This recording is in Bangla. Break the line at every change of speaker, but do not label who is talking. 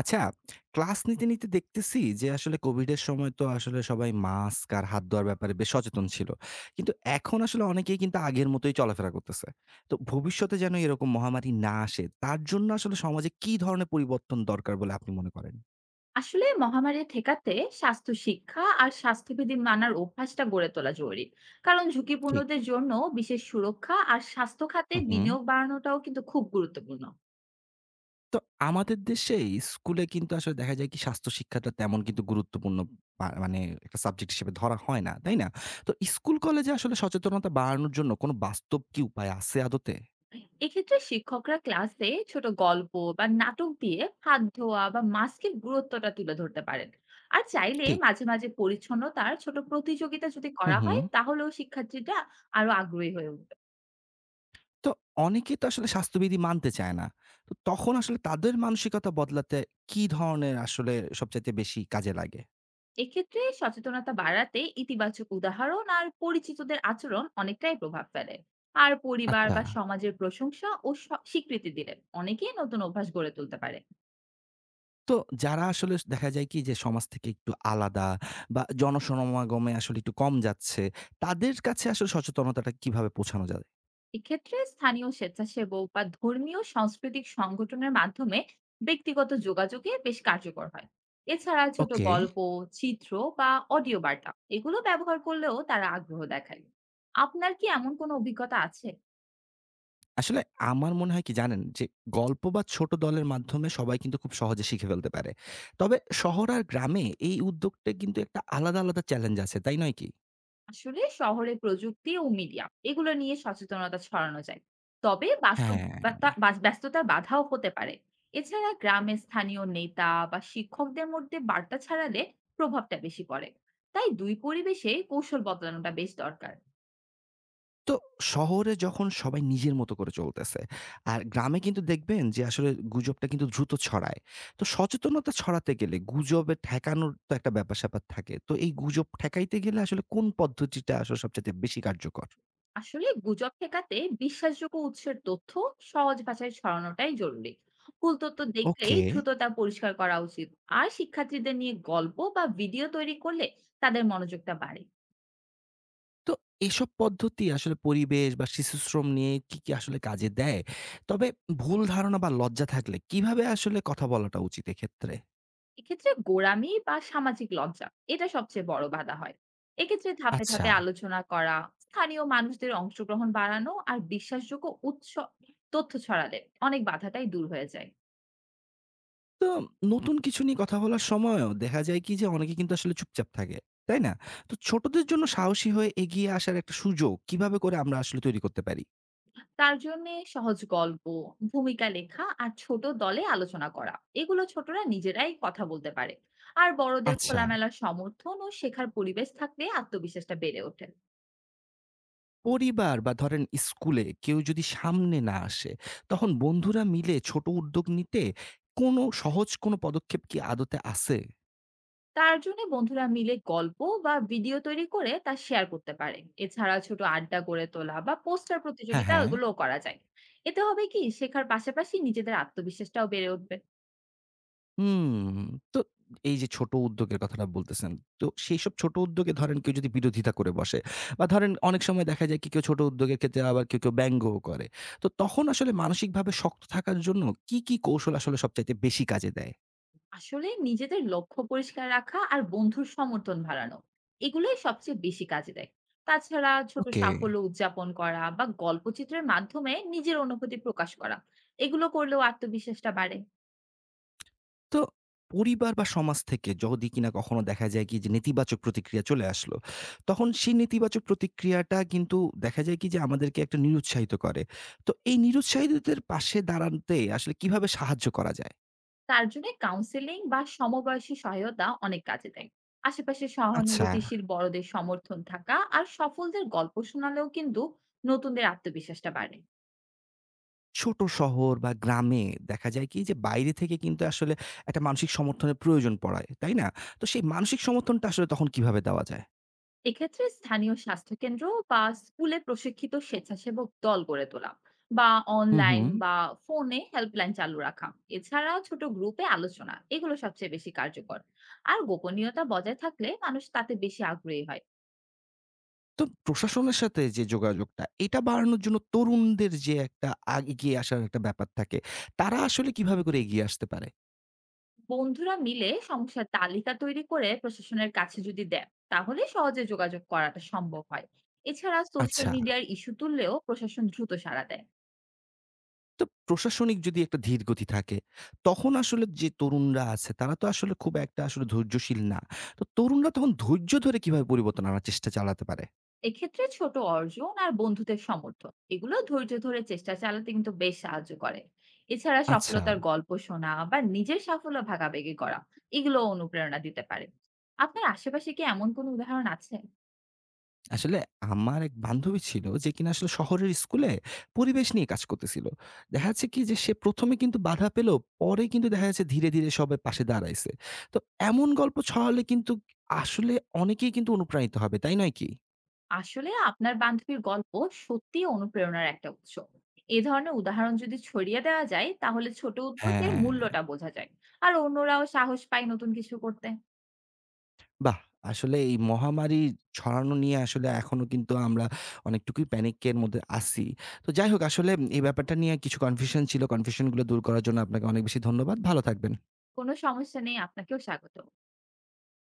আচ্ছা, ক্লাস নিতে দেখতেছি যে আসলে কোভিডের সময় তো আসলে সবাই মাস্ক আর হাত ধোয়ার ব্যাপারে বেশ সচেতন ছিল। কিন্তু এখন আসলে অনেকেই কিন্তু আগের মতোই চলাফেরা করতেছে। তো ভবিষ্যতে যেন এরকম মহামারী না আসে, তার জন্য আসলে সমাজে কি ধরনের পরিবর্তন দরকার বলে আপনি মনে করেন?
আসলে মহামারী ঠেকাতে স্বাস্থ্য শিক্ষা আর স্বাস্থ্যবিধি মানার অভ্যাসটা গড়ে তোলা জরুরি। কারণ
ঠিক।
ঝুঁকিপূর্ণদের জন্য বিশেষ সুরক্ষা আর স্বাস্থ্য খাতে
হুম।
বিনিয়োগ বাড়ানোটাও কিন্তু খুব গুরুত্বপূর্ণ।
তো আমাদের দেশে স্কুলে কিন্তু আসলে দেখা যায় কি স্বাস্থ্য শিক্ষাটা তেমন কিন্তু গুরুত্বপূর্ণ পা মানে একটা সাবজেক্ট হিসেবে ধরা হয় না, তাই না? তো স্কুল কলেজে আসলে সচেতনতা বাড়ানোর জন্য কোনো বাস্তব কি উপায় আছে আদতে?
এক্ষেত্রে শিক্ষকরা ক্লাসে ছোট গল্প বা নাটক দিয়ে হাত ধোয়া বা মাস্কের গুরুত্বটা তুলে ধরতে পারেন। আর চাইলে
ঠিক।
মাঝে মাঝে পরিচ্ছন্নতার ছোট প্রতিযোগিতা যদি করা
হুম।
হয় তাহলেও শিক্ষার্থীরা আরো আগ্রহী হয়ে উঠবে।
তো অনেকেই তো আসলে স্বাস্থ্যবিধি মানতে চায় না। তো তখন আসলে তাদের মানসিকতা বদলাতে কি ধরনের আসলে সবচাইতে বেশি কাজে লাগে?
এক্ষেত্রে সচেতনতা বাড়াতে ইতিবাচক উদাহরণ আর পরিচিতদের আচরণ অনেকটাই প্রভাব ফেলে। আর পরিবার
আচ্ছা।
বা সমাজের প্রশংসা ও স্বীকৃতি দিলে অনেকেই নতুন অভ্যাস গড়ে তুলতে পারে।
তো যারা আসলে দেখা যায় কি যে সমাজ থেকে একটু আলাদা বা জনসমাগমে আসলে একটু কম যাচ্ছে, তাদের কাছে আসলে সচেতনতাটা কিভাবে পৌঁছানো যায়?
এক্ষেত্রে স্থানীয় স্বেচ্ছাসেবক বা ধর্মীয় সাংস্কৃতিক সংগঠনের মাধ্যমে ব্যক্তিগত যোগাযোগে বেশ কার্যকর হয়। এছাড়া ছোট
ওকে।
গল্প, চিত্র বা অডিও বার্তা এগুলো ব্যবহার করলেও তারা আগ্রহ দেখায়। আপনার কি এমন কোনো অভিজ্ঞতা আছে?
আসলে আমার মনে হয় কি জানেন? যে গল্প বা ছোট দলের মাধ্যমে সবাই কিন্তু খুব সহজে শিখে ফেলতে পারে। তবে শহর আর গ্রামে এই উদ্যোগটা কিন্তু একটা আলাদা, আলাদা চ্যালেঞ্জ আছে। তাই নয় কি?
আসলে শহরে প্রযুক্তি ও মিডিয়া এগুলো নিয়ে সচেতনতা ছড়ানো যায়। তবে
হ্যাঁ।
ব্যস্ততার বাধাও হতে পারে। এছাড়া গ্রামে স্থানীয় নেতা বা শিক্ষকদের মধ্যে বার্তা ছড়ালে প্রভাবটা বেশি পড়ে। তাই দুই পরিবেশে কৌশল বদলানোটা বেশ দরকার।
তো শহরে যখন সবাই নিজের মতো করে চলতেছে, আর গ্রামে কিন্তু দেখবেন যে আসলে গুজবটা কিন্তু দ্রুত ছড়ায়। তো সচেতনতা ছড়াতে গেলে গুজবে ঠেকানোর তো একটা ব্যাপার-স্যাপার থাকে। তো এই গুজব ঠেকাইতে গেলে আসলে কোন পদ্ধতিটা আসলে সবচাইতে বেশি কার্যকর?
আসলে গুজব ঠেকাতে বিশ্বাসযোগ্য উৎসের তথ্য সহজ ভাষায় ছড়ানোটাই জরুরি। ভুল তথ্য দেখলেই
ওকে।
দ্রুত তা পরিষ্কার করা উচিত। আর শিক্ষার্থীদের নিয়ে গল্প বা ভিডিও তৈরি করলে তাদের মনোযোগটা বাড়ে।
তো এসব পদ্ধতি আসলে পরিবেশ বা শিশুশ্রম নিয়ে কি আসলে কাজে দেয়? তবে ভুল ধারণা বা লজ্জা থাকলে কিভাবে আসলে কথা বলাটা উচিত এক্ষেত্রে?
এক্ষেত্রে গোঁড়ামি বা সামাজিক লজ্জা এটা সবচেয়ে বড় বাধা হয়। এক্ষেত্রে ধাপে
আচ্ছা।
ধাপে আলোচনা করা, স্থানীয় মানুষদের অংশগ্রহণ বাড়ানো আর বিশ্বাসযোগ্য উৎস তথ্য ছড়ালে অনেক বাধাটাই দূর হয়ে যায়।
তো নতুন কিছু নিয়ে কথা বলার সময়ও দেখা যায় কি যে অনেকে কিন্তু আসলে চুপচাপ থাকে, তাই না? তো ছোটদের জন্য সাহসী হয়ে এগিয়ে আসার একটা সুযোগ কিভাবে করে আমরা আসলে তৈরি করতে পারি?
তার জন্য সহজ গল্প, ভূমিকা লেখা আর ছোট দলে আলোচনা, করা এগুলো ছোটরা নিজেরাই কথা বলতে পারে। আর বড়দের
আচ্ছা।
খোলামেলা সমর্থন ও শেখার পরিবেশ থাকলে আত্মবিশ্বাসটা বেড়ে ওঠে।
পরিবার বা ধরেন স্কুলে কেউ যদি সামনে না আসে, তখন বন্ধুরা মিলে ছোট উদ্যোগ নিতে কোনো সহজ কোনো পদক্ষেপ কি আদতে আছে?
তার জন্য বন্ধুরা মিলে গল্প বা ভিডিও তৈরি করে তা শেয়ার করতে পারে। এছাড়া ছোট আড্ডা গড়ে তোলা বা পোস্টার
হ্যাঁ,
প্রতিযোগিতা
হ্যাঁ।
এগুলোও করা যায়। এতে হবে কি, শেখার পাশাপাশি নিজেদের আত্মবিশ্বাসটাও বেড়ে উঠবে।
হুম। তো এই যে ছোট উদ্যোগের কথাটা বলতেছেন। তো সেইসব ছোট উদ্যোগে ধরেন কেউ যদি বিরোধিতা করে বসে বা ধরেন অনেক সময় দেখা যায় কি কেউ ছোট উদ্যোগের ক্ষেত্রে আবার কেউ ব্যঙ্গও করে। তো তখন আসলে মানসিকভাবে শক্ত থাকার জন্য কি কৌশল আসলে সবচাইতে বেশি কাজে দেয়?
আসলে নিজেদের লক্ষ্য পরিষ্কার রাখা আর বন্ধুর সমর্থন বাড়ানো, এগুলোই সবচেয়ে বেশি কাজে দেয়। তাছাড়া ছোট
ওকে।
সাফল্য উদযাপন করা বা গল্পচিত্রের মাধ্যমে নিজের অনুভূতি প্রকাশ করা, এগুলো করলেও আত্মবিশ্বাসটা বাড়ে।
তো পরিবার বা সমাজ থেকে যদি কিনা কখনো দেখা যায় কি যে নেতিবাচক প্রতিক্রিয়া চলে আসলো, তখন সেই নেতিবাচক প্রতিক্রিয়াটা কিন্তু দেখা যায় কি যে আমাদেরকে একটা নিরুৎসাহিত করে। তো এই নিরুৎসাহিতদের পাশে দাঁড়াতে আসলে কিভাবে সাহায্য করা যায়?
তার জন্য কাউন্সেলিং বা সমবয়সী সহায়তা অনেক কাজে দেয়। আশেপাশে
আচ্ছা।
সহানুভূতিশীল বড়দের সমর্থন থাকা আর সফলদের গল্প শোনালেও কিন্তু নতুনদের আত্মবিশ্বাসটা বাড়ে।
ছোট শহর বা গ্রামে দেখা যায় কি যে বাইরে থেকে কিন্তু আসলে একটা মানসিক সমর্থনের প্রয়োজন পড়ায়, তাই না? তো সেই মানসিক সমর্থনটা আসলে তখন কিভাবে দেওয়া যায়?
এক্ষেত্রে স্থানীয় স্বাস্থ্যকেন্দ্র বা স্কুলে প্রশিক্ষিত স্বেচ্ছাসেবক দল গড়ে তোলা, বা অনলাইন
হুম।
বা ফোনে হেল্পলাইন চালু রাখা, এছাড়া ছোট গ্রুপে আলোচনা, এগুলো সবচেয়ে বেশি কার্যকর। আর গোপনীয়তা বজায় থাকলে মানুষ তাতে বেশি আগ্রহী হয়।
তো প্রশাসনের সাথে যে যোগাযোগটা এটা বাড়ানোর জন্য তরুণদের যে একটা এগিয়ে আসার একটা ব্যাপার থাকে, তারা আসলে কিভাবে করে এগিয়ে আসতে পারে?
বন্ধুরা মিলে সমস্যার তালিকা তৈরি করে প্রশাসনের কাছে যদি দেন, তাহলে সহজে যোগাযোগ করাটা সম্ভব হয়। এছাড়া সোশ্যাল
আচ্ছা।
মিডিয়ার ইস্যু তুললেও প্রশাসন দ্রুত সাড়া দেয়।
তো প্রশাসনিক যদি একটা ধীর গতি থাকে, তখন আসলে যে তরুণরা আছে তারা তো আসলে খুব একটা আসলে ধৈর্যশীল না। তো তরুণরা তখন ধৈর্য ধরে কিভাবে পরিবর্তন আনার চেষ্টা চালাতে পারে?
এক্ষেত্রে ছোট অর্জন আর বন্ধুদের সমর্থন, এগুলো ধৈর্য ধরে চেষ্টা চালাতে কিন্তু বেশ সাহায্য করে। এছাড়া
আচ্ছা।
সফলতার গল্প শোনা বা নিজের সাফল্য ভাগাভাগি করা, এগুলো অনুপ্রেরণা দিতে পারে। আপনার আশেপাশে কি এমন কোনো উদাহরণ আছে?
আসলে আমার এক বান্ধবী ছিল যে কিনা আসলে শহরের স্কুলে পরিবেশ নিয়ে কাজ করতেছিল। দেখা যাচ্ছে কি যে সে ১ম এ কিন্তু বাধা পেল, পরে কিন্তু দেখা যাচ্ছে ধীরে সবাই পাশে দাঁড়াইছে। তো এমন গল্প ছড়ালে কিন্তু আসলে অনেকেই কিন্তু অনুপ্রাণিত হবে, তাই নয় কি?
আসলে আপনার বান্ধবীর গল্প সত্যিই অনুপ্রেরণার একটা উৎস। এ ধরনের উদাহরণ যদি ছড়িয়ে দেওয়া যায় তাহলে ছোট উদ্যোগের
হ্যাঁ।
মূল্যটা বোঝা যায়। আর অন্যরাও সাহস পায় নতুন কিছু করতে।
বাহ! আসলে এই মহামারী ছড়ানো নিয়ে আসলে এখনো কিন্তু আমরা অনেকটুকুই প্যানিক এর মধ্যে আছি। তো যাই হোক আসলে এই ব্যাপারটা নিয়ে কিছু কনফিউশন ছিল, কনফিউশন গুলো দূর করার জন্য আপনাকে অনেক বেশি ধন্যবাদ। ভালো থাকবেন।
কোনো সমস্যা নেই, আপনাকেও স্বাগত।